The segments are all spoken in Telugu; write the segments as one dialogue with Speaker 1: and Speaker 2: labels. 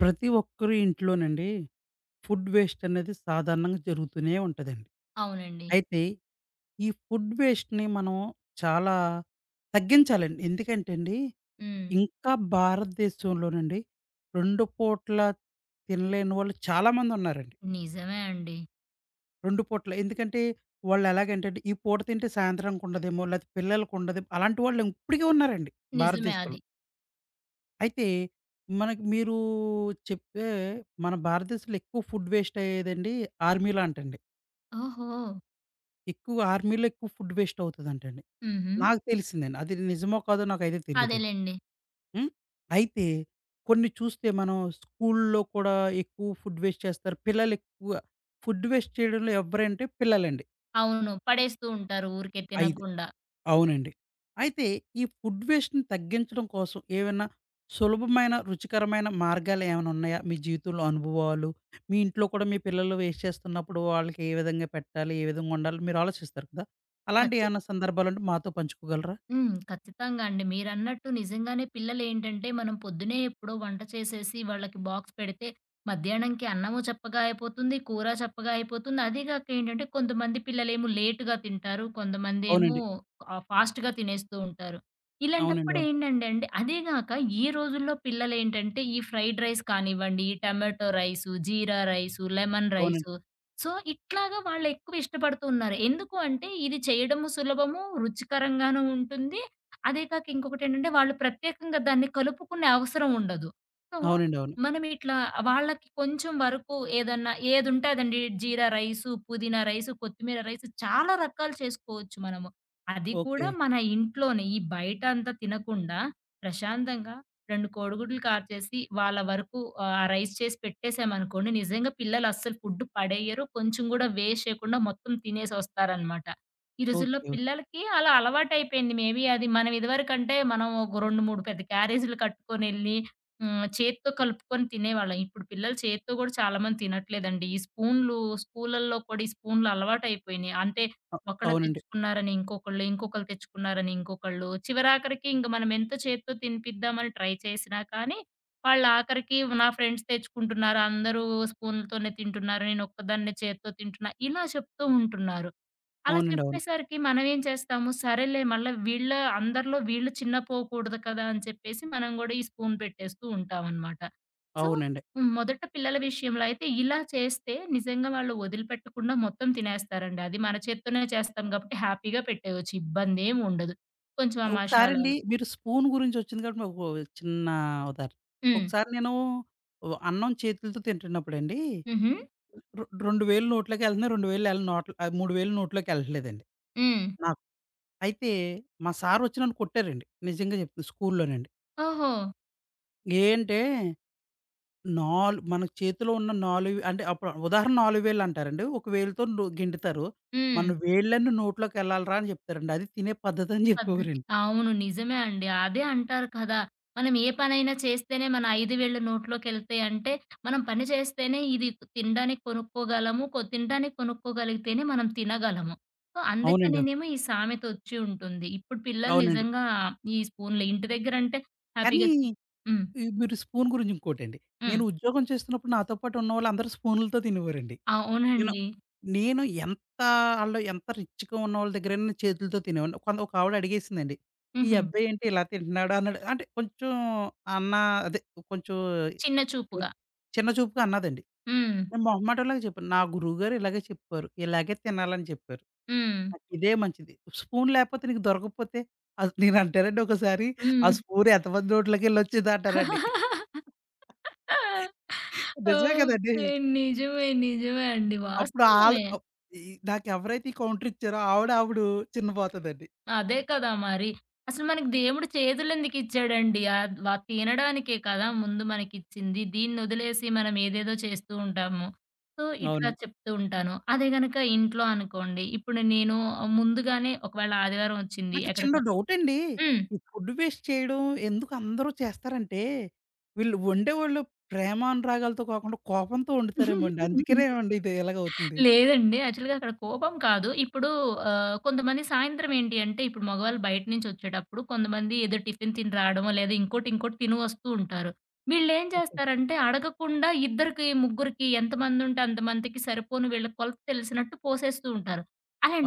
Speaker 1: ప్రతి ఒక్కరి ఇంట్లోనండి ఫుడ్ వేస్ట్ అనేది సాధారణంగా జరుగుతూనే ఉంటదండి.
Speaker 2: అవునండి.
Speaker 1: అయితే ఈ ఫుడ్ వేస్ట్‌ని మనం చాలా తగ్గించాలండి. ఎందుకంటే అండి,
Speaker 2: హ్మ్.
Speaker 1: ఇంకా భారతదేశంలోనండి 2 పూట్ల తినలేని వాళ్ళు చాలామంది ఉన్నారండి.
Speaker 2: నిజమే అండి.
Speaker 1: 2 పూట్ల ఎందుకంటే వాళ్ళు ఎలాగంటే అండి, ఈ పూట తింటే సాయంత్రానికి ఉండదేమో, లేతే పిల్లలకి ఉండదేమో అలాంటి వాళ్ళు ఇప్పటికి ఉన్నారండి
Speaker 2: నిజమే అది.
Speaker 1: భారతదేశంలో. అయితే మనకి మీరు చెప్పే మన భారతదేశంలో ఎక్కువ ఫుడ్ వేస్ట్ అయ్యేదండి ఆర్మీలో అంటండి.
Speaker 2: ఓహో!
Speaker 1: ఎక్కువ ఆర్మీలో ఎక్కువ ఫుడ్ వేస్ట్ అవుతదంటండి.
Speaker 2: హుహు.
Speaker 1: నాకు తెలిసిందండి. అది నిజమో కాదో నాకైతే తెలీదండి.
Speaker 2: అదేలెండి.
Speaker 1: హ్మ్. అయితే కొన్ని చూస్తే మనం స్కూలులో కూడా ఎక్కువ ఫుడ్ వేస్ట్ చేస్తారు. పిల్లలు ఎక్కువ ఫుడ్ వేస్ట్ చేయడంలో ఎవరంటే పిల్లలండి.
Speaker 2: అవును. పడేస్తూ ఉంటారు ఊరికే
Speaker 1: ఐదు
Speaker 2: తినకుండా.
Speaker 1: అవునండి. అయితే ఈ ఫుడ్ వేస్ట్‌ని తగ్గించడం కోసం ఏవైనా సులభమైన, రుచికరమైన మార్గాలేమైనా ఉన్నాయా? మీ జీవితంలో అనుభవాలు, మీ ఇంట్లో కూడా మీ పిల్లలు వేస్ట్ చేస్తున్నప్పుడు వాళ్ళకి ఏ విధంగా పెట్టాలి? ఏ విధంగా వండాలి? మీరు ఆలోచిస్తారు కదా! అలాంటి
Speaker 2: ఖచ్చితంగా.
Speaker 1: ఏమన్నా సందర్భాలుంటే మాతో పంచుకోగలరా?
Speaker 2: హ్మ్. ఖచ్చితంగా అండి. మీరన్నట్టు నిజంగానే పిల్లలేంటంటే, మనం పొద్దున్నే ఎప్పుడో వంట చేసేసి వాళ్ళకి బాక్స్ పెడితే, మధ్యాహ్నంకి అన్నము చప్పగా అయిపోతుంది, కూర చప్పగా అయిపోతుంది. అదీ గాక ఏంటంటే, కొంతమంది పిల్లలేమో లేట్‌గా తింటారు. కొంతమందేమో
Speaker 1: అవునండి.
Speaker 2: ఫాస్ట్‌గా తినేస్తూ ఉంటారు.
Speaker 1: అవునండి.
Speaker 2: ఇలాంటప్పుడు
Speaker 1: అవును.
Speaker 2: ఏంటండి అండి అదే గాక ఈ రోజుల్లో పిల్లలేంటంటే, ఈ ఫ్రైడ్ రైస్ కానివ్వండి, ఈ tomato rice, jeera rice, lemon
Speaker 1: అవునండి.
Speaker 2: రైసు సో, ఇట్లాగా వాళ్ళెక్కువ ఇష్టపడుతూ ఉన్నారు. ఎందుకు అంటే, ఇది చేయడము సులభము, రుచికరంగాను ఉంటుంది. అదే కాక ఇంకొకటేంటంటే, వాళ్ళు ప్రత్యేకంగా దాన్ని కలుపుకునే అవసరం ఉండదు. సో,
Speaker 1: అవునండి. అవును.
Speaker 2: మనం ఇట్లా వాళ్ళకి కొంచెం వరకు ఏదన్నా ఏదుంటాదండి జీరా రైసు, పుదీనా రైసు, కొత్తిమీర రైసు చాలా రకాలు చేసుకోవచ్చు మనము. అది కూడా
Speaker 1: ఓకే.
Speaker 2: మన ఇంట్లోనే ఈ బయట అంతా తినకుండా ప్రశాంతంగా 2 కోడిగుడ్లు కాల్చేసి వాళ్ళ వరకు రైస్ చేసి పెట్టేసామనుకోండి, నిజంగా పిల్లలు అస్సలు ఫుడ్ పడెయ్యరు. కొంచెం గూడా వేస్ట్ చేయకుండా మొత్తం తినేసొస్తారనమాట. ఈ రోజుల్లో
Speaker 1: ఓకే.
Speaker 2: పిల్లలకి అలా అలవాటయిపోయింది. మేబీ అది మనం ఇదివరకంటే మనం ఒక 2, 3 పెద్ద క్యారేజీలు కట్టుకొనెళ్ళి హ్మ్. చేత్తో కలుపుకొని తినేవాళ్ళం. ఇప్పుడు పిల్లలు చేత్తో గూడా చాలా మంది తినట్లేదండి. ఈ స్పూన్లు స్కూలల్లో కూడా ఈ స్పూన్లు అలవాటయిపోయినియి. అంటే
Speaker 1: అ
Speaker 2: ఒకళ్ళు
Speaker 1: అవునండి.
Speaker 2: తెచ్చుకున్నారని ఇంకొకళ్ళు, ఇంకొకళ్ళు తెచ్చుకున్నారని ఇంకొకళ్ళు, చివరాఖరికి ఇంక మనం ఎంత చేత్తో తినిపిద్దామని ట్రై చేసినా కానీ, వాళ్ళు ఆఖరికి నా ఫ్రెండ్స్ తెచ్చుకుంటున్నారు, అందరూ స్పూన్‌లతోనే తింటున్నారు, నేను ఒక్కదాన్నే చేత్తో తింటున్నా, ఇలా చెప్తూ ఉంటున్నారు. అలా
Speaker 1: అవునండి. అవును.
Speaker 2: చెప్పేసరికి మనం ఏం చేస్తాము, సరేలే మళ్ళా వీళ్ళ అందరిలో వీళ్ళు చిన్నపోకూడదు కదా! అని చెప్పేసి మనం గూడా ఈ స్పూన్ పెట్టేస్తూ ఉంటామనమాట. సో
Speaker 1: అవునండి.
Speaker 2: హ్మ్. మొదట పిల్లల విషయంలో అయితే ఇలా చేస్తే నిజంగా వాళ్ళు వదిలిపెట్టకుండా మొత్తం తినేస్తారండి. అది మన చేత్తోనే చేస్తాం గాబట్టి హ్యాపీగా పెట్టేయొచ్చు. ఇబ్బందేముండదు. కొంచెం ఆ
Speaker 1: ఒకసారండి
Speaker 2: మషాలాలు
Speaker 1: మీరు స్పూన్ గురించొచ్చింది కాబట్టి మాకు ఒక చిన్న ఉదాహరణ.
Speaker 2: హ్మ్.
Speaker 1: ఒకసారి నేను అన్నం చేతులతో తింటున్నప్పుడండి
Speaker 2: హుహు.
Speaker 1: 2000 నోట్లోకెళ్తున్నాయి. 2000 ఎళ్ళ నోట్ల 3000 నోట్లోకెళ్ళట్లేదండి
Speaker 2: హ్మ్.
Speaker 1: నాకు. అయితే మా సార్ వచ్చి నన్ను కొట్టారండి. నిజంగా చెప్తున్నా స్కూల్లోనండి.
Speaker 2: ఓహో!
Speaker 1: ఏంటే మన చేతిలో ఉన్న 4 అంటే అప్పుడు ఉదాహరణ 4000 అంటారండి. ఒక వేలుతో గెంటుతారు.
Speaker 2: హ్మ్.
Speaker 1: మన వేళ్ళన్నీ నోట్లోకెళ్ళాలిరా అని చెప్తారండి. అది తినే పద్ధతి అని
Speaker 2: పద్ధతి.
Speaker 1: చెప్పేవారండి.
Speaker 2: అవును. నిజమే అండి. అదే అంటారు కదా! మనం ఏ పనైనా చేస్తేనే మన 5 వేళ్ళు నోట్లోకెళ్తాయంటే, మనం పని చేస్తేనే ఇది తినడానికి కొనుక్కోగలము. కొ తినడానికి కొనుక్కోగలిగితేనే మనం తినగలము. సో,
Speaker 1: అవునండి.
Speaker 2: అందుకనేనేమో ఈ సామెత వచ్చి ఉంటుంది. ఇప్పుడు పిల్లలు
Speaker 1: అవునండి.
Speaker 2: నిజంగా ఈ స్పూన్‌లు ఇంటి దగ్గరంటే
Speaker 1: కానీ
Speaker 2: హ్యాపీగా చి హ్మ్.
Speaker 1: ఈ మీరు స్పూన్ గురించి ఇంకోటండి.
Speaker 2: హ్మ్.
Speaker 1: నేను ఉద్యోగం చేస్తున్నప్పుడు నాతో పాటు ఉన్నవాళ్ళందరూ స్పూన్‌లతో తినేవారండి. నేను
Speaker 2: అవునండి.
Speaker 1: నేను ఎంత ఆళ్ళు ఎంత రిచ్‌గా ఉన్నవాళ్ళ దగ్గరైనా నేను చేతులతో తినేవాడిని. కొంత ఒక ఆవిడ అడిగేసిందండి. "ఈ
Speaker 2: హుహు.
Speaker 1: అబ్బాయేంటి ఇలా తింటున్నాడు" అన్నాడు. అంటే కొంచెం అన్న అదే కొంచెం
Speaker 2: చిన్న చూపుగా.
Speaker 1: చిన్న చూపుగా అన్నదండి.
Speaker 2: హ్మ్.
Speaker 1: నేను మొహమాటంలాగా చెప్పాను. "నా గురువుగారు ఇలాగే చెప్పారు. ఇలాగే తినాలని చెప్పారు.
Speaker 2: హ్మ్.
Speaker 1: నాకిదే మంచిది. స్పూన్ లేకపోతే నీకు దొరకకపోతే." అసలు నేనంటానండి ఒకసారి ఆ
Speaker 2: హ్మ్.
Speaker 1: స్పూన్ ఎంతమంది నోట్లోకెళ్ళి వచ్చిందా అంటానండి. నిజమే కదండీ!
Speaker 2: ఓకే. నిజమే. నిజమే అండి.
Speaker 1: అప్పుడు ఆళ్ళు
Speaker 2: వాస్తవమే.
Speaker 1: ఈ నాకెవరైతే ఈ కౌంటర్ ఇచ్చారో ఆవిడ, ఆవిడు చిన్నబోతదండి.
Speaker 2: అదే కదా మరి. అసలు మనకి దేవుడు చేతులెందుకిచ్చాడండి? ఆద్ వ తినడానికే కదా ముందు మనకిచ్చింది. దీన్నొదిలేసి మనం ఏదేదో చేస్తూ ఉంటాము. సో, ఇట్లా
Speaker 1: అవునండి.
Speaker 2: చెప్తూ ఉంటాను. అదే గనక ఇంట్లో అనుకోండి, ఇప్పుడు నేను ముందుగానే ఒకవేళ ఆదివారం ఒచ్చింది
Speaker 1: నాకు చిన్న
Speaker 2: ఎక్కడిక
Speaker 1: డౌటండి. ఈ ఫుడ్ వేస్ట్ చేయడం ఎందుకు అందరూ చేస్తారంటే, వీళ్ళు వండేవాళ్ళు ప్రేమానురాగాలతో కాకుండా కోపంతో వండుతారేమో అండి.
Speaker 2: హ్మ్.
Speaker 1: అందుకేనేమో అండి ఇది ఇలాగవుతుంది.
Speaker 2: లేదండి. యాక్చువల్‌గా అక్కడ కోపం కాదు. ఇప్పుడు కొంతమంది సాయంత్రం ఏంటి అంటే, ఇప్పుడు మగవాళ్ళు బయట నుంచి వచ్చేటప్పుడు కొంతమంది ఏదో టిఫిన్ తిని రావడమో, లేదా ఇంకోటి, ఇంకోటి తిని వస్తూ ఉంటారు. వీళ్ళేం
Speaker 1: ఓకే.
Speaker 2: చేస్తారంటే, అడగకుండా ఇద్దరికి, ముగ్గురికి ఎంతమందుంటే అంతమందికి సరిపోను వీళ్ళ కొలత తెలిసినట్టు పోసేస్తూ ఉంటారు.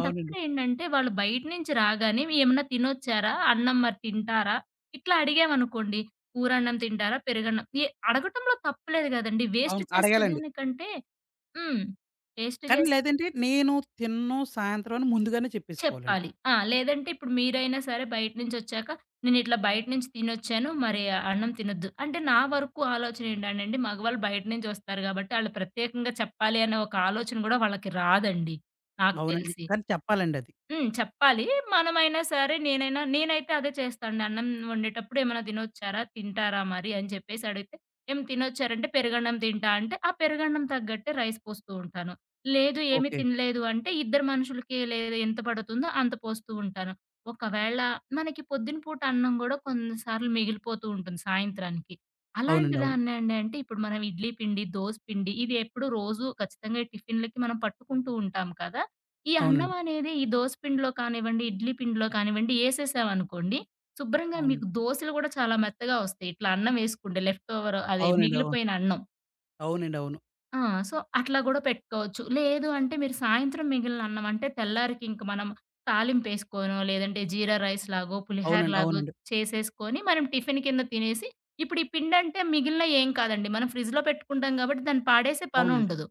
Speaker 1: అవునండి.
Speaker 2: ఏంటంటే, వాళ్ళు బయట నుంచి రాగానే ఏమన్నా తినొచ్చారా? అన్నం మరి తింటారా? ఇట్లా అడిగామనుకోండి. కూరన్నం తింటారా? పెరుగన్నం. ఎ అడగటంలో తప్పు లేదు కదండీ! వేస్ట్
Speaker 1: అవును. అడగాలండి.
Speaker 2: చేసేదానికంటే హ్మ్. టేస్ట్
Speaker 1: కానీ
Speaker 2: జేసి
Speaker 1: లేదంటే నేను తినను సాయంత్రం అని ముందుగానే చెప్పేసుకోవాలండి.
Speaker 2: చెప్పాలి. ఆ! లేదంటే ఇప్పుడు మీరైనా సరే బయట నుంచొచ్చాక, నేనిట్లా బయట నుంచి తినొచ్చాను, మరి అన్నం తినొద్దు. అంటే నా వరకు ఆలోచన ఏంటనండి, మగవాళ్ళు బయట నుంచి వస్తారు గాబట్టి, ఆళ్ళు ప్రత్యేకంగా చెప్పాలి అనే ఒక ఆలోచన గూడా వాళ్ళకి రాదండి నాకు
Speaker 1: అవునండి.
Speaker 2: తెలిసి.
Speaker 1: కానీ చెప్పాలండి అది.
Speaker 2: హ్మ్. చెప్పాలి. మనమైనా సరే నేనైతే అదే చేస్తాండి. అన్నం వండేటప్పుడు ఏమైనా తినొచ్చారా? తింటారా మరి? అని చెప్పేసి అడిగితే, "ఏం తినొచ్చారంటే పెరుగన్నం తింటా" అంటే ఆ పెరుగన్నం తగ్గట్టే రైస్ పోస్తూ ఉంటాను. లేదు ఏమి
Speaker 1: ఓకే.
Speaker 2: తినలేదు అంటే ఇద్దరు మనుషులకి లేదు ఎంత పడుతుందో అంత పోస్తూ ఉంటాను. ఒకవేళ మనకి పొద్దున పూట అన్నం గూడా కొన్నిసార్లు మిగిలిపోతూ ఉంటుంది సాయంత్రానికి. అలాంటి
Speaker 1: అవునండి. అవును.
Speaker 2: దాన్ని అండి అంటే ఇప్పుడు మనం ఇడ్లీ పిండి, దోస పిండి ఇది ఎప్పుడు రోజు ఖచ్చితంగా టిఫిన్‌లకి మనం పట్టుకుంటూ ఉంటాం కదా! ఈ అన్నం
Speaker 1: అవునండి.
Speaker 2: అనేది ఈ దోస పిండిలో కానివ్వండి, ఇడ్లీ పిండిలో కానివ్వండి ఏసేసామనుకోండి, శుభ్రంగా
Speaker 1: అవును.
Speaker 2: మీకు దోసలు గూడా చాలా మెత్తగా వస్తాయి. ఇట్లా అన్నం వేసుకుంటే లెఫ్ట్ ఓవర్ అదే
Speaker 1: అవునండి. అవును.
Speaker 2: మిగిలిపోయిన అన్నం.
Speaker 1: అవునండి. అవును.
Speaker 2: ఆ! సో, అట్లా గూడా పెట్టుకోవచ్చు. లేదు అంటే మీరు సాయంత్రం మిగిలిన అన్నం అంటే తెల్లారికి ఇంక మనం తాలింపేసుకోనో, లేదంటే జీరా రైస్ లాగో, పులిహార
Speaker 1: అవునండి.
Speaker 2: లాగో
Speaker 1: అవునండి.
Speaker 2: చేసేసుకొని మనం టిఫిన్ కింద తినేసి ఇప్పుడు ఈ పిండంటే మిగిలిన ఏం కాదండి. మనం ఫ్రిడ్జ్‌లో పెట్టుకుంటాం గాబట్టి దాన్ని పాడేసే
Speaker 1: అవునండి.
Speaker 2: పనుండదు.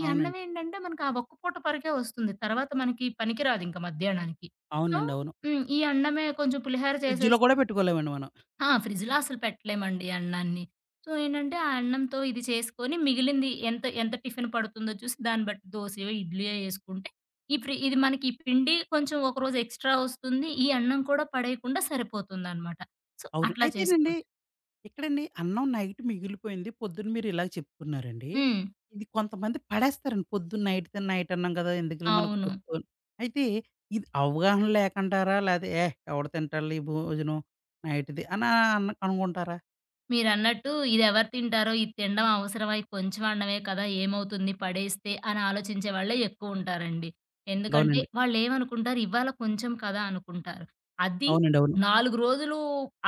Speaker 2: ఈ అన్నం
Speaker 1: అవునండి.
Speaker 2: ఏంటంటే మనకు ఆ ఒక్క పూట వరకే వస్తుంది. తర్వాత మనకి పనికిరాదింక మధ్యాహ్నానికి. సో,
Speaker 1: అవునండి. అవును.
Speaker 2: హ్మ్. ఈ అన్నమే కొంచెం పులిహార
Speaker 1: ఫ్రిడ్జ్‌లో
Speaker 2: చేసేసి
Speaker 1: కూడా పెట్టుకోలేమండి మనం.
Speaker 2: ఆ! ఫ్రిడ్జ్‌లో అసలు పెట్టలేమండి అన్నాన్ని. సో, ఏంటంటే ఆ అన్నంతో ఇది చేసుకొని మిగిలింది ఎంత ఎంత టిఫిన్ పడుతుందో చూసి దాన్ని బట్టి దోసయో, ఇడ్లీయో యేసుకుంటే ఈ ఫ్రీ ఇది మనకి ఈ పిండి కొంచెం ఒకరోజు ఎక్స్‌ట్రా వస్తుంది. ఈ అన్నం కూడా పడేయకుండా సరిపోతుందనమాట. సో,
Speaker 1: అవును.
Speaker 2: అట్లా
Speaker 1: అయితేనండి
Speaker 2: చేసుకోవచ్చు.
Speaker 1: ఇక్కడండి అన్నం నైట్ మిగిలిపోయింది. పొద్దున్న మీరు ఇలాగ చెప్తున్నారండి.
Speaker 2: హ్మ్.
Speaker 1: ఇది కొంతమంది పడేస్తారండి. పొద్దున్న నైట్ తిన్న నైట్ అన్నాం కదా! ఎందుకులే మనకు
Speaker 2: అవును.
Speaker 1: అయితే ఇది అవగాహన లేకంటారా? లేతే ఏహ్! ఎవడు తింటాడులే ఈ భోజనం నైట్‌ది అనా అనుకుంటారా?
Speaker 2: మీరన్నట్టు ఇదెవరు తింటారో, ఇది తినడం అవసరమా? ఇది కొంచెం అన్నమే కదా! ఏమవుతుంది పడేస్తే అని ఆలోచించే వాళ్ళే ఎక్కువుంటారండి. ఎందుకంటే
Speaker 1: అవునండి.
Speaker 2: వాళ్ళేమనుకుంటారు, ఇవాళ కొంచెం కదా అనుకుంటారు. అది
Speaker 1: అవునండి. అవును.
Speaker 2: 4 రోజులు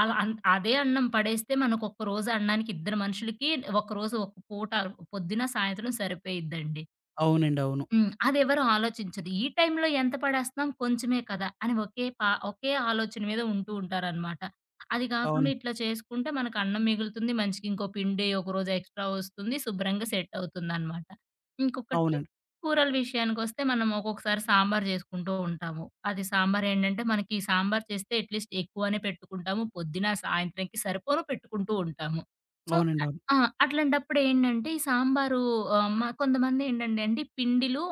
Speaker 2: అలా అన్ అదే అన్నం పడేస్తే మనకొక రోజు అన్నానికి ఇద్దరు మనుషులకి ఒకరోజు ఒక పూట పొద్దున, సాయంత్రం సరిపోయిద్దండి.
Speaker 1: అవునండి. అవును.
Speaker 2: హ్మ్. అదెవరు ఆలోచించదు. ఈ టైంలో ఎంత పడేస్తున్నాం కొంచెమే కదా! అని ఒకే పా ఒకే ఆలోచన మీద ఉంటూ ఉంటారనమాట. అది గాకుండా
Speaker 1: అవును.
Speaker 2: ఇట్లా చేసుకుంటే మనకు అన్నం మిగులుతుంది. మనిషికి ఇంకో పిండి ఒకరోజు ఎక్స్‌ట్రా వస్తుంది. శుభ్రంగా సెట్ అవుతుందనమాట. ఇంకొకటి
Speaker 1: అవునండి.
Speaker 2: కూరల విషయానికొస్తే మనం ఒక్కొక్కసారి సాంబార్ జేసుకుంటూ ఉంటాము. అది సాంబార్ ఏంటంటే మనకి ఈ సాంబార్ చేస్తే అట్‌లీస్ట్ ఎక్కువనే పెట్టుకుంటాము. పొద్దున, సాయంత్రంకి సరిపోను పెట్టుకుంటూ ఉంటాము. సో
Speaker 1: అవునండి. అవును.
Speaker 2: ఆ! అట్లాంటప్పుడేంటంటే, ఈ సాంబారు మా కొంతమందేంటండి అండి పిండిలు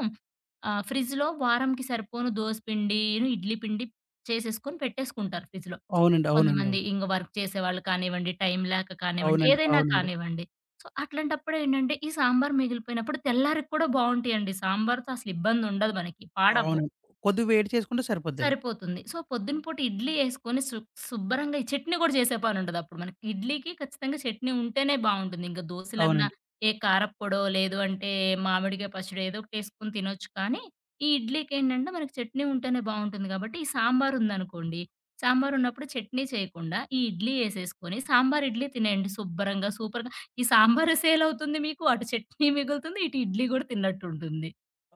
Speaker 2: ఫ్రిడ్జ్‌లో వారంకి సరిపోను దోస పిండిను, ఇడ్లీ పిండి చేసేసుకొని పెట్టేసుకుంటారు ఫ్రిడ్జ్‌లో.
Speaker 1: అవునండి. అవునండి. అవును.
Speaker 2: కొంతమంది ఇంగ వర్క్ చేసేవాళ్ళు కానివ్వండి, టైం లేక కానివ్వండి,
Speaker 1: అవునండి.
Speaker 2: ఏదైనా
Speaker 1: అవునండి.
Speaker 2: కానివ్వండి. సో, అట్లాంటప్పుడేంటంటే, ఈ సాంబార్ మిగిలిపోయినప్పుడు తెల్లారికి కూడా బావుంటాయండి. సాంబార్‌తో అసలు ఇబ్బందుండదు మనకి. పాడవ్వవు.
Speaker 1: అవునండి. కొద్దిగా వేడి చేసుకుంటే సరిపోద్దండి.
Speaker 2: సరిపోతుంది. సో, పొద్దున పూట ఇడ్లీ యేసుకొని శు శుబ్బరంగా ఈ చట్నీ గూడా చేసే పనుండదప్పుడు మనకి. ఇడ్లీకి ఖచ్చితంగా చట్నీ ఉంటేనే బావుంటుంది. ఇంక దోసలన్నా
Speaker 1: అవునండి.
Speaker 2: ఏ కారప్పొడో, లేదు అంటే మామిడికాయ పచ్చడో ఏదో ఒకటేసుకొని తినొచ్చు కానీ, ఈ ఇడ్లీకేంటంటే మనకి చట్నీ ఉంటేనే బావుంటుంది గాబట్టి, ఈ సాంబారుందనుకోండి, సాంబారున్నప్పుడు చట్నీ చేయకుండా ఈ ఇడ్లీ యేసేసుకొని సాంబార్ ఇడ్లీ తినేయండి శుబ్బరంగా, సూపర్‌గా. ఈ సాంబారు సేలవుతుంది మీకు, అటు చట్నీ మిగులుతుంది, ఇటు ఇడ్లీ గూడా తిన్నట్టుంటుంది.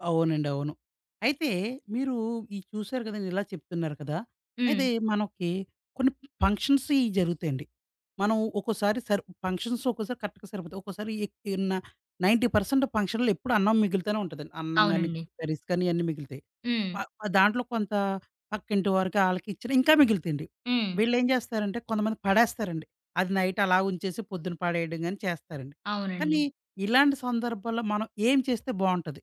Speaker 1: అవునండి. అవును. అయితే మీరు ఇది చూసారు కదండీ! ఇలా చెప్తున్నారు కదా!
Speaker 2: హ్మ్.
Speaker 1: అయితే మనకి కొన్ని ఫంక్షన్స్ ఇయి జరుగుతాయండి. మనం ఒక్కోసారి ఫంక్షన్స్ ఒక్కోసారి కరెక్ట్‌గా సరిపోతాయి. ఒక్కోసారి ఎక్ న 90% ఫంక్షన్‌లో ఎప్పుడు అన్నం మిగులుతానే ఉంటదండి. అన్నం గాని,
Speaker 2: అవునండి.
Speaker 1: కర్రీస్ కానీ ఇయన్నీ మిగులుతాయి.
Speaker 2: హ్మ్.
Speaker 1: ప ఆ దాంట్లో కొంత పక్కింటి వారికి ఆళ్ళకి ఇచ్చిన ఇంకా మిగులుతాయండి.
Speaker 2: హ్మ్.
Speaker 1: వీళ్ళేం జేస్తారంటే కొంతమంది పడేస్తారండి. అది నైట్ అలా ఉంచేసి పొద్దున పడేయడం గాని చేస్తారండి.
Speaker 2: అవునండి.
Speaker 1: కానీ ఇలాంటి సందర్భాల్లో మనం ఏం చేస్తే బావుంటది?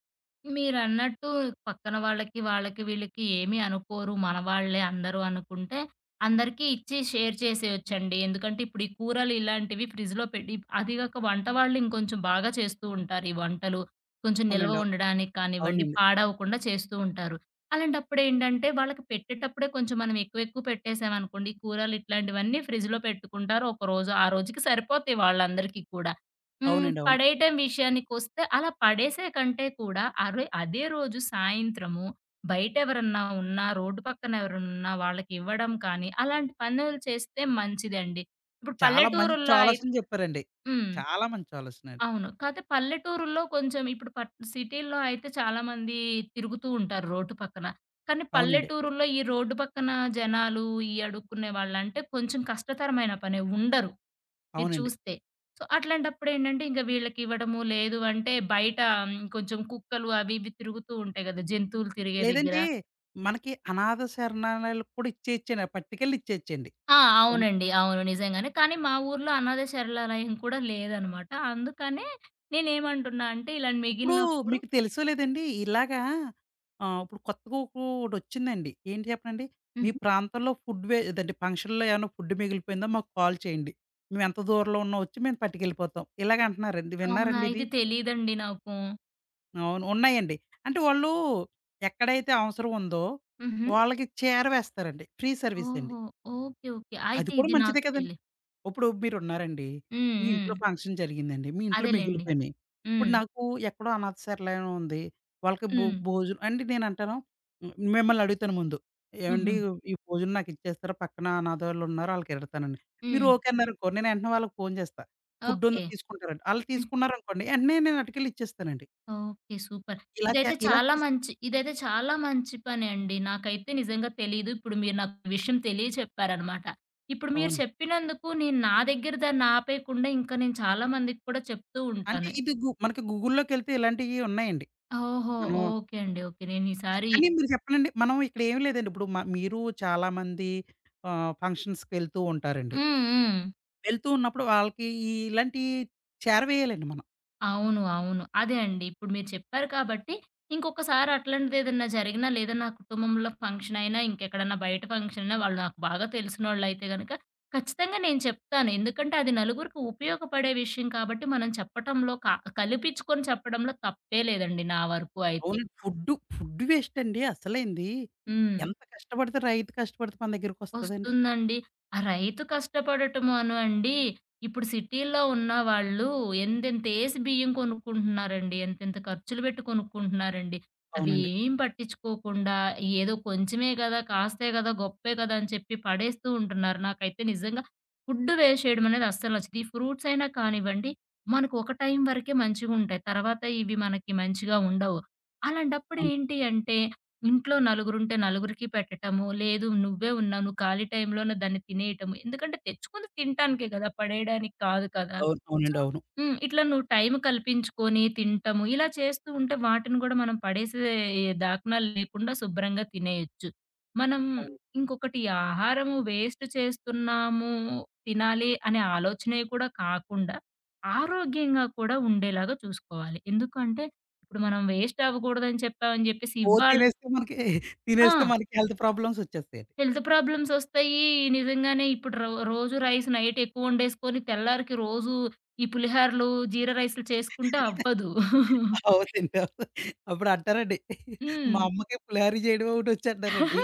Speaker 2: మీరన్నట్టు పక్కన వాళ్ళకి, వీళ్ళకి ఏమి అనుకోరు. మన వాళ్ళే అందరూ అనుకుంటే, అందరికీ ఇచ్చి షేర్ చేసేయొచ్చండి. ఎందుకంటే, ఇప్పుడు ఈ కూరలు ఇలాంటివి ఫ్రిడ్జ్‌లో పెట్టి అది గాక వంట వాళ్ళు ఇంకొంచెం బాగా చేస్తూ ఉంటారు ఈ వంటలు. కొంచెం నిల్వ
Speaker 1: అవునండి. అవు
Speaker 2: ఉండడానికి కానివ్వండి,
Speaker 1: అవునండి.
Speaker 2: పాడవకుండా చేస్తూ ఉంటారు. అలాంటప్పుడేంటంటే, వాళ్ళకి పెట్టేటప్పుడే కొంచెం మనం ఎక్కువెక్కువ పెట్టేసామనుకోండి, కూరలు ఇట్లాంటివన్నీ ఫ్రిడ్జ్‌లో పెట్టుకుంటారు. ఒకరోజు, ఆ రోజుకి సరిపోతాయి వాళ్ళందరికీ కూడా. హ్మ్.
Speaker 1: అవునండి. అవును.
Speaker 2: పడేయటం విషయానికొస్తే అలా పడేసే కంటే కూడా అరె అదే రోజు సాయంత్రము బయటెవరన్నా ఉన్నా, రోడ్డు పక్కన ఎవరన్నా వాళ్ళకివ్వడం కానీ, అలాంటి పనులు చేస్తే మంచిదండి. ఇప్పుడు
Speaker 1: చాలా మంచి
Speaker 2: పల్లెటూరుల్లో అయి
Speaker 1: ఆలోచన జెప్పారండి.
Speaker 2: హ్మ్.
Speaker 1: చాలా మంచి ఆలోచన అండి.
Speaker 2: అవును. కాతే పల్లెటూరుల్లో కొంచెం ఇప్పుడు పట్ సిటీల్లో అయితే చాలామంది తిరుగుతూ ఉంటారు రోడ్డు పక్కన. కానీ
Speaker 1: అవునండి.
Speaker 2: పల్లెటూరుల్లో ఈ రోడ్డు పక్కన జనాలు, ఈ అడుక్కునే వాళ్ళంటే కొంచెం కష్టతరమైన పనే. ఉండరు. మీరు
Speaker 1: అవునండి.
Speaker 2: చూస్తే. సో, అట్లాంటప్పుడేంటంటే ఇంక వీళ్ళకివ్వడము, లేదు అంటే బయట హ్మ్, కొంచెం కుక్కలు అవి ఇవి తిరుగుతూ ఉంటాయి గదా! జంతువులు తిరిగే దగ్గర.
Speaker 1: లేదంటే మనకి అనాథ శరణాలయాలకు కూడా ఇచ్చేయచ్చండి. ఆ పట్టుకెళ్ళి ఇచ్చేయచ్చండి.
Speaker 2: ఆ!
Speaker 1: ఎన్
Speaker 2: అవునండి. అవును. నిజంగానే. కానీ మా ఊర్లో అనాథ శరణాలయం కూడా లేదనమాట. అందుకనే నేనేమంటున్నా అంటే ఇలా
Speaker 1: ఇప్పుడు
Speaker 2: మిగిలినప్పుడు
Speaker 1: మీకు తెలుసో లేదండి ఇలాగా ఇప్పుడు కొత్తగా ఒక ఒకటొచ్చిందండి. ఏంటి చెప్పనండి? మీ
Speaker 2: హుహు.
Speaker 1: ప్రాంతంలో ఫుడ్ వే ఇదండి ఫంక్షన్‌లో ఏమన్నా ఫుడ్ మిగిలిపోయిందా మాకు కాల్ చేయండి. మేము ఎంత దూరంలో ఉన్నా వచ్చి మేము పట్టుకెళ్ళిపోతాం. ఇలాగ అంటున్నారండి.
Speaker 2: అవునా?
Speaker 1: విన్నారండి ఇది?
Speaker 2: ఇది తెలీదండి నాకు.
Speaker 1: అవును. ఉన్నాయండి. అంటే వాళ్ళు ఎక్కడైతే అవసరం ఉందో
Speaker 2: హుహు.
Speaker 1: వాళ్ళకి చేరవేస్తారండి. ఫ్రీ సర్వీసండి.
Speaker 2: ఓహో! ఓకే. ఓకే.
Speaker 1: అది
Speaker 2: అయితే
Speaker 1: కూడా
Speaker 2: ఇది
Speaker 1: మంచిదే
Speaker 2: నాకు
Speaker 1: కదండీ!
Speaker 2: తెలి
Speaker 1: ఇప్పుడు మీరున్నారండి.
Speaker 2: హ్మ్.
Speaker 1: మీ
Speaker 2: హ్మ్.
Speaker 1: ఇంట్లో ఫంక్షన్ జరిగిందండి. మీ ఇంట్లో
Speaker 2: అదేలెండి.
Speaker 1: మిగిలిపోయినియి. ఇప్పుడు
Speaker 2: హ్మ్.
Speaker 1: నాకు ఎక్కడో అనాథ శరణాలయం ఉంది. వాళ్ళకి
Speaker 2: హ్మ్.
Speaker 1: భోజనం అంటే నేనంటాను హ్మ్, మిమ్మల్ని అడుగుతాను ముందు.
Speaker 2: హుహు.
Speaker 1: ఏవండీ ఈ భోజనం నాకిచ్చేస్తారా? పక్కన అనాథోళ్ళున్నారు ఆళ్ళకి ఎడతానండి. మీరు
Speaker 2: హ్మ్.
Speaker 1: ఓకే అన్నారనుకో, నేను వెంటనే వాళ్ళకి ఫోను చేస్తా. ఫుడ్డుందో
Speaker 2: ఓకే.
Speaker 1: తీసుకుంటారండి. ఆళ్ళు
Speaker 2: హ్మ్.
Speaker 1: తీసుకున్నారనుకోండి, వెంటనే నేను అటుకెళ్ళి ఇచ్చేస్తానండి.
Speaker 2: ఓకే. సూపర్.
Speaker 1: ఇలా చేసి
Speaker 2: ఇదైతే చాలా మంచి పనే అండి. నాకైతే నిజంగా తెలీదు. ఇప్పుడు మీరు నాకు ఈ విషయం తెలియచెప్పారనమాట. ఇప్పుడు మీరు
Speaker 1: అవును.
Speaker 2: చెప్పినందుకు నేను నా దగ్గర దాన్ని ఆపేయకుండా ఇంకా నేను చాలా మందికి కూడా చెప్తూ
Speaker 1: అంటే
Speaker 2: ఉంటాను.
Speaker 1: ఇది మనకి గూగుల్‌లోకెళ్తే ఇలాంటియి ఉన్నాయండి.
Speaker 2: ఓహో!
Speaker 1: మనం హుహు.
Speaker 2: ఓకే అండి. ఓకే. నేనీసారి
Speaker 1: కానీ మీరు చెప్పాలండి మనం ఇక్కడేమి లేదండి. ఇప్పుడు మీరు చాలామంది ఫంక్షన్స్‌కి వెళ్తూ ఉంటారండి.
Speaker 2: హ్మ్. హ్మ్.
Speaker 1: వెళ్తూ ఉన్నప్పుడు వాళ్ళకి ఈ ఇలాంటియి చేరవేయాలండి మనం.
Speaker 2: అవును. అవును. అదే అండి. ఇప్పుడు మీరు చెప్పారు కాబట్టి, ఇంకొకసారి అట్లాంటిదేదన్నా జరిగినా, లేదా నా కుటుంబంలో ఫంక్షన్ అయినా, ఇంకెక్కడన్నా బయట ఫంక్షన్ అయినా, వాళ్ళు నాకు బాగా తెలిసినోళ్ళైతే గనక ఖచ్చితంగా నేను చెప్తాను. ఎందుకంటే, అది నలుగురికి ఉపయోగపడే విషయం కాబట్టి, మనం చెప్పటంలో క కలిపించుకొని చెప్పడంలో తప్పే లేదండి నా వరకు అయితే.
Speaker 1: అవునండి. ఫుడ్డు, ఫుడ్ వేస్ట్ అండి అసలైంది.
Speaker 2: హ్మ్.
Speaker 1: ఎంత కష్టపడితే రైతు కష్టపడితే మన దగ్గరికొస్తదండి?
Speaker 2: వస్తుందండి. ఆ రైతు కష్టపడటము అను అండి, ఇప్పుడు సిటీల్లో ఉన్న వాళ్ళు ఎంతెంతేసి బియ్యం కొనుక్కుంటున్నారండి. ఎంతెంత ఖర్చులు పెట్టి కొనుక్కుంటున్నారండి. అవి
Speaker 1: అవునండి.
Speaker 2: ఏం పట్టించుకోకుండా ఏదో కొంచెమే గదా! కాస్తే గదా! గొప్పే గదా! అని చెప్పి పడేస్తూ ఉంటున్నారు. నాకైతే నిజంగా ఫుడ్ వేస్ట్ చేయడం అనేది అస్సలు నచ్చదు. ఈ ఫ్రూట్స్ అయినా కానివ్వండి, మనకు ఒక టైం వరకే మంచిగుంటాయి. తర్వాత ఇవి మనకి మంచిగా ఉండవు. అలాంటప్పుడు
Speaker 1: అవును.
Speaker 2: ఏంటి అంటే ఇంట్లో నలుగురుంటే నలుగురికి పెట్టటము. లేదు నువ్వే ఉన్నావు. నువ్వు ఖాళీ టైంలోనే దాన్ని తినేయటము. ఎందుకంటే తెచ్చుకుంది తినటానికే కదా! పడేయడానికి కాదు కదా!
Speaker 1: అవును.
Speaker 2: సో
Speaker 1: అవునండి. అవును.
Speaker 2: హ్మ్. ఇట్లా నువ్వు టైం కల్పించుకొని తినటము. ఇలా చేస్తూ ఉంటే వాటిని గూడా మనం పడేసే దాఖనాలు లేకుండా శుభ్రంగా తినేయొచ్చు. మనం
Speaker 1: అవును.
Speaker 2: ఇంకొకటి ఆహారము వేస్ట్ చేస్తున్నాము, తినాలి అనే ఆలోచనే కూడా కాకుండా ఆరోగ్యంగా కూడా ఉండేలాగా చూసుకోవాలి. ఎందుకంటే ఇప్పుడు మనం వేస్ట్ అవ్వకూడదని చెప్పామని జెప్పేసి
Speaker 1: ఓ
Speaker 2: ఇవ్వాళ
Speaker 1: తినేస్తే మనకి తినేస్తే
Speaker 2: ఆ!
Speaker 1: మనకి హెల్త్ ప్రాబ్లమ్స్ వచ్చేస్తాయండి.
Speaker 2: హెల్త్ ప్రాబ్లమ్స్ ఒస్తాయి. నిజంగానే ఇప్పుడు రో రోజు రైస్ నైట్ ఎక్కువ వండేసుకొని తెల్లారికి రోజు ఈ పులిహారలు, జీరా రైస్‌లు చేసుకుంటే అవ్వదు.
Speaker 1: అవునండి. అవును. అప్పుడు అంటారండి.
Speaker 2: హ్మ్.
Speaker 1: మా అమ్మకి పులిహోర చేయడం ఒకటొచ్చు అంటారండి.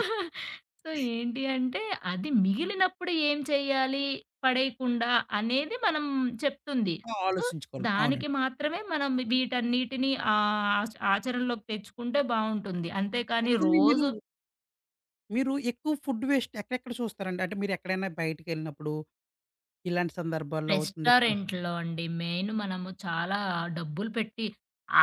Speaker 2: సో, ఏంటి అంటే అది మిగిలినప్పుడు ఏం చేయాలి పడేయకుండా అనేది మనం చెప్తుంది.
Speaker 1: ఆ!
Speaker 2: సో,
Speaker 1: ఆలోచించుకోవాలి.
Speaker 2: దానికి
Speaker 1: అవునండి.
Speaker 2: మాత్రమే మనం వీటన్నిటిని ఆహ్, ఆచ ఆచరణలోకి తెచ్చుకుంటే బావుంటుంది. అంతేకానీ
Speaker 1: అయితేండి మీరు,
Speaker 2: రోజు
Speaker 1: మీరు ఎక్కువ ఫుడ్ వేస్ట్ ఎక్కడెక్కడ చూస్తారండి? అంటే మీరెక్కడైనా బయటికెళ్ళినప్పుడు ఇలాంటి సందర్భాల్లో అవుతుంది కదా!
Speaker 2: రెస్టారెంట్‌లో అండి. మెయిన్ మనము చాలా డబ్బులు పెట్టి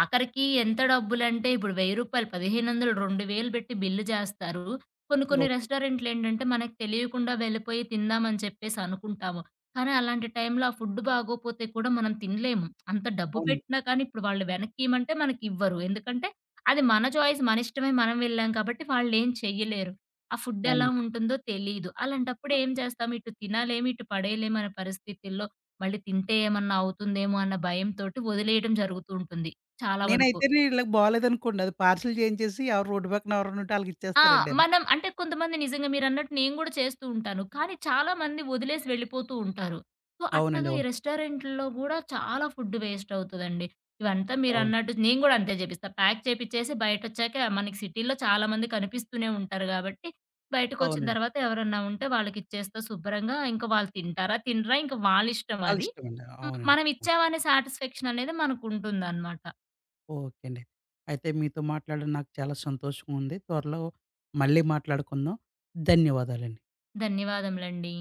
Speaker 2: ఆఖరికి ఎంత డబ్బులంటే ఇప్పుడు రూ. 1000 1500 2000 పెట్టి బిల్లు చేస్తారు. కొన్ని కొన్ని
Speaker 1: ఓకే.
Speaker 2: రెస్టారెంట్‌లేంటంటే మనకు తెలియకుండా వెళ్ళిపోయి తిందామని చెప్పేసి అనుకుంటాము. కానీ అలాంటి టైంలో ఆ ఫుడ్ బాగోపోతే కూడా మనం తినలేము. అంత డబ్బు
Speaker 1: అవునండి.
Speaker 2: పెట్టినా కానీ ఇప్పుడు వాళ్ళు వెనక్కి ఇయ్యమంటే మనకివ్వరు. ఎందుకంటే అది మన చాయిస్ మన ఇష్టమే మనం వెళ్ళాం కాబట్టి వాళ్ళేం చెయ్యలేరు. ఆ ఫుడ్ ఎలా
Speaker 1: అవునండి.
Speaker 2: ఉంటుందో తెలీదు. అలాంటప్పుడు
Speaker 1: ఆ!
Speaker 2: ఏం చేస్తాం ఇటు తినాలేము, ఇటు పడేయలేము అనే పరిస్థితుల్లో మళ్ళీ తింటే ఏమన్నా అవుతుందేమో అన్న భయంతోటి వదిలేయడం జరుగుతూ ఉంటుంది చాలా వరకు.
Speaker 1: నేనైతేనే ఈళ్ళకి బాలేదనుకోండి అది పార్సెల్ చేయించేసి ఎవరు రోడ్డు పక్కన ఎవరైనా ఉంటే
Speaker 2: ఆ!
Speaker 1: ఆళ్ళకిచ్చేస్తారండి అది.
Speaker 2: మనం అంటే కొంతమంది నిజంగా మీరన్నట్టు నేను గూడా చేస్తూ ఉంటాను. కానీ చాలా మంది వదిలేసి వెళ్ళిపోతూ ఉంటారు. సో,
Speaker 1: అవునండి.
Speaker 2: అట్లాగా ఈ
Speaker 1: అవును.
Speaker 2: రెస్టారెంట్‌లో గూడా చాలా ఫుడ్ వేస్ట్ అవుతదండి. ఇవంతా
Speaker 1: అవును.
Speaker 2: మీరన్నట్టు నేను గూడా అంతే జేపిస్తా. ప్యాక్ చేపిచ్చేసి బయటొచ్చాక మనకి సిటీలో చాలా మంది కనిపిస్తూనే ఉంటారు గాబట్టి, బయటకొచ్చిన
Speaker 1: అవునండి.
Speaker 2: తర్వాత ఎవరన్నా ఉంటే వాళ్ళకిచ్చేస్తా శుభ్రంగా. ఇంక వాళ్ళు తింటారా? తినరా? ఇంక వాళ్ళిష్టం అది.
Speaker 1: ఆళ్ళిష్టమండి.
Speaker 2: హ్మ్.
Speaker 1: అవునండి.
Speaker 2: మనం ఇచ్చామనే సాటిస్ఫాక్షన్ అనేది మనకుంటుందనమాట.
Speaker 1: ఓకే అండి. అయితే మీతో మాట్లాడడం నాకు చాలా సంతోషంగా ఉంది. త్వరలో మళ్ళీ మాట్లాడుకుందాం. ధన్యవాదాలండి.
Speaker 2: ధన్యవాదములండి.